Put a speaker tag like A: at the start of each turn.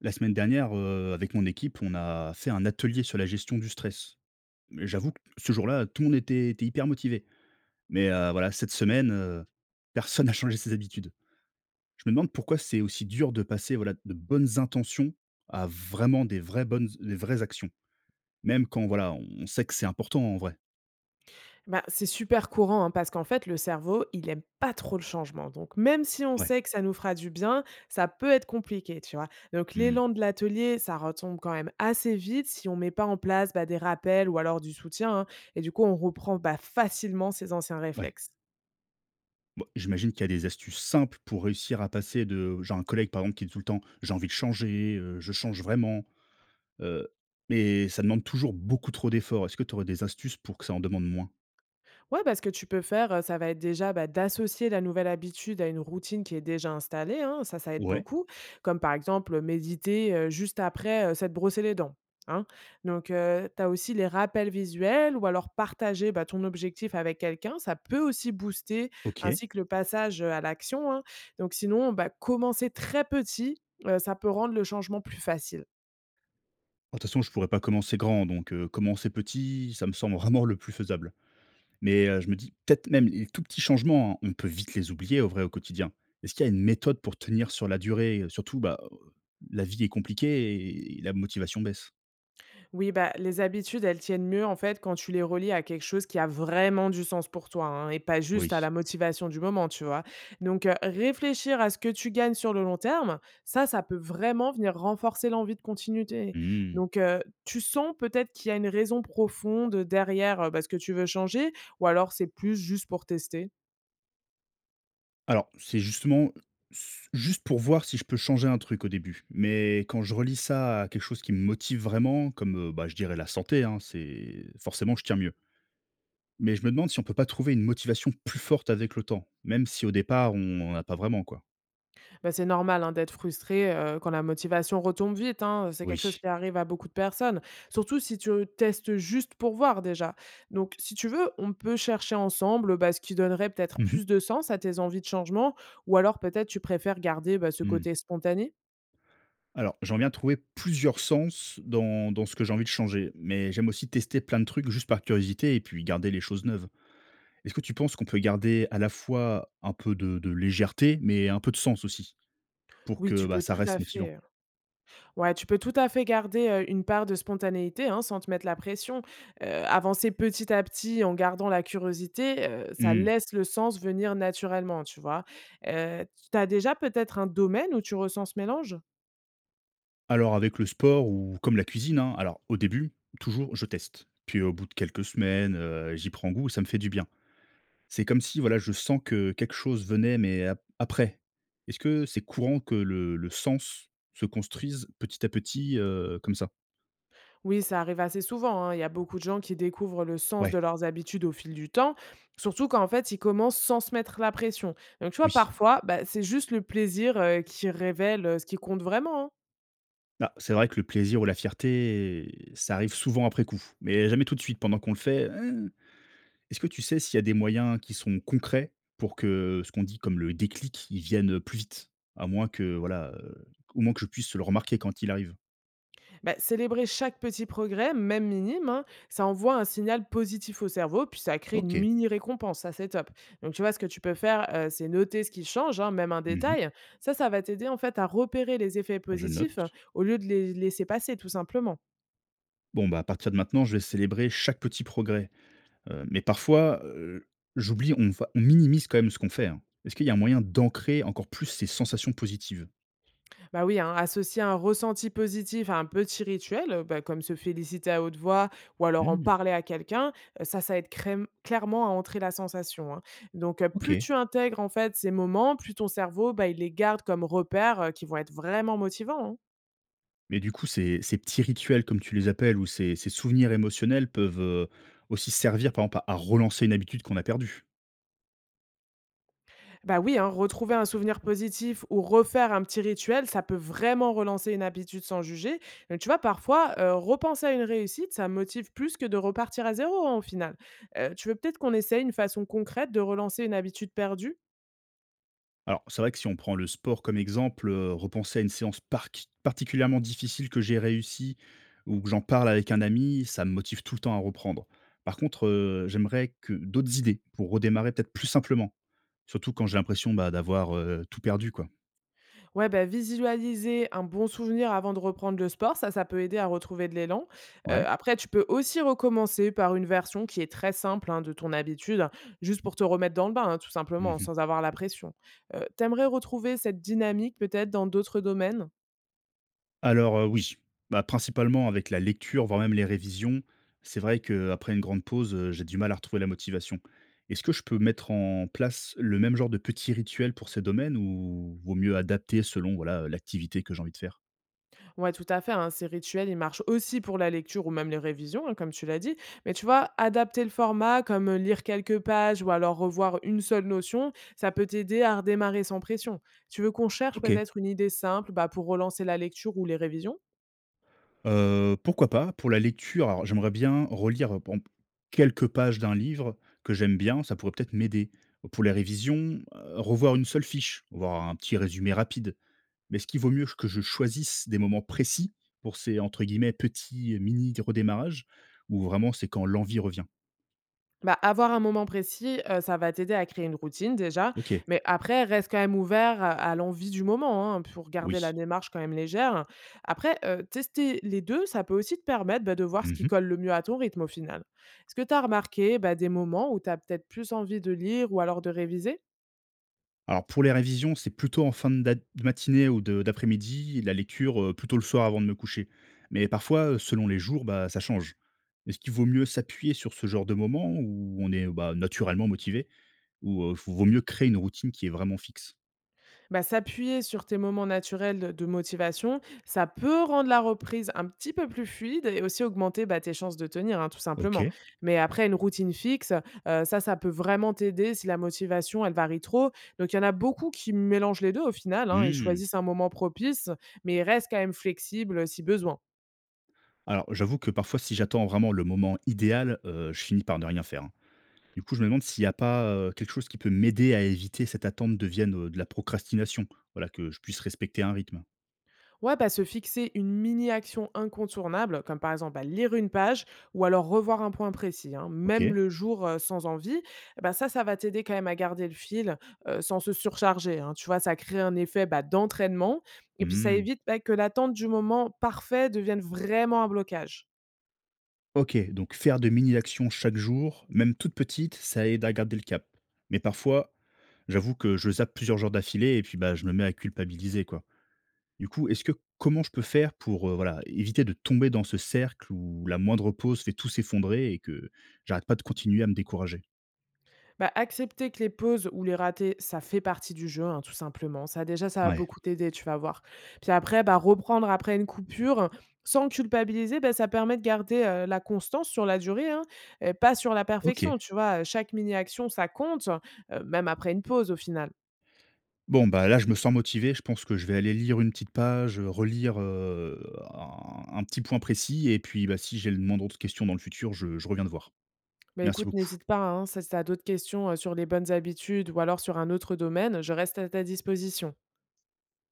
A: La semaine dernière, avec mon équipe, on a fait un atelier sur la gestion du stress. Mais j'avoue que ce jour-là, tout le monde était hyper motivé. Mais, voilà, cette semaine, personne n'a changé ses habitudes. Je me demande pourquoi c'est aussi dur de passer, voilà, de bonnes intentions à vraiment des vraies actions. Même quand, voilà, on sait que c'est important en vrai.
B: Bah, c'est super courant, hein, parce qu'en fait, le cerveau, il aime pas trop le changement. Donc, même si on
A: Ouais.
B: sait que ça nous fera du bien, ça peut être compliqué, tu vois. Donc,
A: Mmh.
B: l'élan de l'atelier, ça retombe quand même assez vite si on met pas en place des rappels ou alors du soutien, hein. Et du coup, on reprend facilement ses anciens
A: Ouais.
B: réflexes.
A: Bon, j'imagine qu'il y a des astuces simples pour réussir à passer de genre un collègue, par exemple, qui dit tout le temps: «J'ai envie de changer, je change vraiment». Heu, mais ça demande toujours beaucoup trop d'efforts. Est-ce que tu aurais des astuces pour que ça en demande moins?
B: Ouais, parce que tu peux faire, ça va être déjà, bah, d'associer la nouvelle habitude à une routine qui est déjà installée, hein, ça aide
A: Ouais.
B: beaucoup. Comme par exemple, méditer, juste après, s'être brossé les dents, hein. Donc tu as aussi les rappels visuels ou alors partager, bah, ton objectif avec quelqu'un, ça peut aussi booster,
A: OK. Bah,
B: ainsi que le passage, à l'action, hein. Donc sinon, bah, commencer très petit, ça peut rendre le changement plus facile.
A: de toute façon, je pourrais pas commencer grand, donc commencer petit, ça me semble vraiment le plus faisable. Mais je me dis, peut-être même les tout petits changements, hein, on peut vite les oublier au vrai au quotidien. Est-ce qu'il y a une méthode pour tenir sur la durée? Surtout, bah, la vie est compliquée et la motivation baisse.
B: Oui, bah, les habitudes, elles tiennent mieux en fait quand tu les relis à quelque chose qui a vraiment du sens pour toi, hein, et pas
A: Oui.
B: juste à la motivation du moment, tu vois. Donc, réfléchir à ce que tu gagnes sur le long terme, ça peut vraiment venir renforcer l'envie de continuité.
A: Mmh.
B: Donc, tu sens peut-être qu'il y a une raison profonde derrière bah, ce que tu veux changer ou alors c'est plus juste pour tester.
A: Alors, c'est justement s juste pour voir si je peux changer un truc au début. Mais quand je relis ça à quelque chose qui me motive vraiment, comme, bah, je dirais la santé, hein, c'est forcément je tiens mieux. Mais je me demande si on peut pas trouver une motivation plus forte avec le temps, même si au départ on en a pas vraiment, quoi.
B: Bah, c'est normal, hein, d'être frustré, quand la motivation retombe vite, hein, c'est quelque chose
A: Oui.
B: qui arrive à beaucoup de personnes. Surtout si tu testes juste pour voir déjà. Donc si tu veux, on peut chercher ensemble, bah, ce qui donnerait peut-être
A: Mmh mh.
B: plus de sens à tes envies de changement, ou alors peut-être tu préfères garder, bah, ce
A: Mmh.
B: côté spontané?
A: Alors, j'aimerais bien trouver plusieurs sens dans ce que j'ai envie de changer, mais j'aime aussi tester plein de trucs juste par curiosité et puis garder les choses neuves. Est-ce que tu penses qu'on peut garder à la fois un peu de légèreté, mais un peu de sens aussi? Pour
B: Oui,
A: que,
B: tu
A: bah,
B: peux
A: ça
B: tout
A: reste
B: à
A: motivant.
B: fait, Ouais, tu peux tout à fait garder, une part de spontanéité, hein, sans te mettre la pression. Avancer petit à petit en gardant la curiosité, ça
A: Mmh.
B: laisse le sens venir naturellement, tu vois? Heu, Tu as déjà peut-être un domaine où tu ressens ce mélange?
A: Alors avec le sport ou comme la cuisine, hein, alors au début, toujours je teste. Puis au bout de quelques semaines, j'y prends goût, ça me fait du bien. C'est comme si voilà, je sens que quelque chose venait, mais ap après. Est-ce que c'est courant que le sens se construise petit à petit, comme ça?
B: Oui, ça arrive assez souvent, hein. Il y a beaucoup de gens qui découvrent le sens de
A: Ouais,
B: leurs habitudes au fil du temps, surtout quand, en fait, ils commencent sans se mettre la pression. Donc tu vois,
A: oui.
B: parfois, bah, c'est juste le plaisir, qui révèle, ce qui compte vraiment, hein.
A: Bah, c'est vrai que le plaisir ou la fierté, ça arrive souvent après coup, mais jamais tout de suite. Pendant qu'on le fait, hein. Est-ce que tu sais s'il y a des moyens qui sont concrets pour que ce qu'on dit comme le déclic, il vienne, plus vite? À moins que voilà, au moins que je puisse le remarquer quand il arrive.
B: Bah, célébrer chaque petit progrès, même minime, hein, ça envoie un signal positif au cerveau, puis ça crée une
A: OK.
B: mini récompense, ça c'est top. Donc tu vois, ce que tu peux faire, c'est noter ce qui change, hein, même un
A: Mmh.
B: détail. Ça va t'aider en fait à repérer les effets
A: Je
B: positifs,
A: note.
B: au lieu de les laisser passer, tout simplement.
A: Bon, bah, à partir de maintenant, je vais célébrer chaque petit progrès, mais parfois, j'oublie, on minimise quand même ce qu'on fait, hein. Est-ce qu'il y a un moyen d'ancrer encore plus ces sensations positives?
B: Bah oui, hein, associer un ressenti positif à un petit rituel, bah, comme se féliciter à haute voix ou alors en
A: Mmh,
B: parler à quelqu'un, ça aide clairement à entrer la sensation, hein. Donc, plus
A: OK.
B: tu intègres en fait ces moments, plus ton cerveau, bah, il les garde comme repères qui vont être vraiment motivants, hein.
A: Mais du coup, ces petits rituels, comme tu les appelles, ou ces souvenirs émotionnels peuvent, aussi servir, par exemple, à relancer une habitude qu'on a perdue?
B: Bah oui, hein, retrouver un souvenir positif ou refaire un petit rituel, ça peut vraiment relancer une habitude sans juger. Mais tu vois, parfois, repenser à une réussite, ça motive plus que de repartir à zéro, en au final. Tu veux peut-être qu'on essaye une façon concrète de relancer une habitude perdue.
A: Alors, c'est vrai que si on prend le sport comme exemple, repenser à une séance parqui particulièrement difficile que j'ai réussi ou que j'en parle avec un ami, ça me motive tout le temps à reprendre. Par contre, j'aimerais que d'autres idées pour redémarrer peut-être plus simplement, surtout quand j'ai l'impression, bah, d'avoir, tout perdu, quoi.
B: Ouais, bah, visualiser un bon souvenir avant de reprendre le sport, ça peut aider à retrouver de l'élan.
A: Ouais.
B: Après, tu peux aussi recommencer par une version qui est très simple, hein, de ton habitude, hein, juste pour te remettre dans le bain, hein, tout simplement,
A: Mmh.
B: sans avoir la pression. Tu retrouver cette dynamique peut-être dans d'autres domaines?
A: Alors, oui, bah, principalement avec la lecture, voire même les révisions. C'est vrai qu'après une grande pause, j'ai du mal à retrouver la motivation. Est-ce que je peux mettre en place le même genre de petit rituel pour ces domaines ou vaut mieux adapter selon, voilà, l'activité que j'ai envie de faire?
B: Ouais, tout à fait, hein, ces rituels, ils marchent aussi pour la lecture ou même les révisions, hein, comme tu l'as dit. Mais tu vois, adapter le format, comme lire quelques pages ou alors revoir une seule notion, ça peut t'aider à redémarrer sans pression. Tu veux qu'on cherche
A: OK,
B: peut-être une idée simple, bah, pour relancer la lecture ou les révisions?
A: pourquoi pas? Pour la lecture, alors j'aimerais bien relire, par exemple, quelques pages d'un livre que j'aime bien, ça pourrait peut-être m'aider. Pour les révisions, revoir une seule fiche, voir un petit résumé rapide. Mais est-ce qu'il vaut mieux que je choisisse des moments précis pour ces, entre guillemets, «petits mini redémarrages» ou vraiment c'est quand l'envie revient?
B: Bah, avoir un moment précis, ça va t'aider à créer une routine déjà,
A: OK,
B: mais après reste quand même ouvert à l'envie du moment, hein, pour garder
A: oui.
B: la démarche quand même légère. Après, tester les 2, ça peut aussi te permettre, bah, de voir ce qui
A: Mmh.
B: colle le mieux à ton rythme au final. Est-ce que tu as remarqué, bah, des moments où tu as peut-être plus envie de lire ou alors de réviser?
A: Alors pour les révisions, c'est plutôt en fin de matinée ou de d'après-midi et la lecture, plutôt le soir avant de me coucher. Mais parfois, selon les jours, bah, ça change. Est-ce qu'il vaut mieux s'appuyer sur ce genre de moment où on est, bah, naturellement motivé, ou, vaut mieux créer une routine qui est vraiment fixe?
B: Bah, s'appuyer sur tes moments naturels de motivation, ça peut rendre la reprise un petit peu plus fluide et aussi augmenter, bah, tes chances de tenir, hein, tout simplement.
A: OK.
B: Mais après une routine fixe, ça peut vraiment t'aider si la motivation, elle varie trop. Donc il y en a beaucoup qui mélangent les 2 au final, hein. Ils
A: Mmh.
B: choisissent un moment propice, mais restent quand même flexibles, si besoin.
A: Alors, j'avoue que parfois, si j'attends vraiment le moment idéal, je finis par ne rien faire, hein. Du coup, je me demande s'il n'y a pas, quelque chose qui peut m'aider à éviter cette attente devienne, de la procrastination? Voilà, que je puisse respecter un rythme.
B: Ouais, bah, se fixer une mini-action incontournable, comme par exemple bah, lire une page ou alors revoir un point précis, hein, même
A: OK.
B: le jour sans envie, eh bah, ça va t'aider quand même à garder le fil, sans se surcharger, hein. Tu vois, ça crée un effet, bah, d'entraînement, et puis ça
A: Mmh.
B: évite, bah, que l'attente du moment parfait devienne vraiment un blocage.
A: OK, donc faire de mini actions chaque jour, même toutes petites, ça aide à garder le cap. Mais parfois, j'avoue que je zappe plusieurs jours d'affilée et puis, bah, je me mets à culpabiliser, quoi. Du coup, est-ce que comment je peux faire pour, voilà, éviter de tomber dans ce cercle où la moindre pause fait tout s'effondrer et que j'arrête pas de continuer à me décourager?
B: Bah, accepter que les pauses ou les ratés, ça fait partie du jeu, hein, tout simplement. Ça, déjà, ça va
A: Ouais,
B: beaucoup t'aider, tu vas voir. Puis après, bah, reprendre après une coupure sans culpabiliser, bah, ça permet de garder, la constance sur la durée, hein, et pas sur la perfection.
A: OK.
B: Tu vois, chaque mini-action, ça compte, même après une pause au final.
A: Bon, bah, là, je me sens motivé. Je pense que je vais aller lire une petite page, relire, un petit point précis et puis, bah, si j'ai le moindre autre question dans le futur, je reviens te voir.
B: Bah,
A: Merci
B: écoute,
A: beaucoup.
B: n'hésite pas, hein, si tu as d'autres questions, sur les bonnes habitudes ou alors sur un autre domaine, je reste à ta disposition.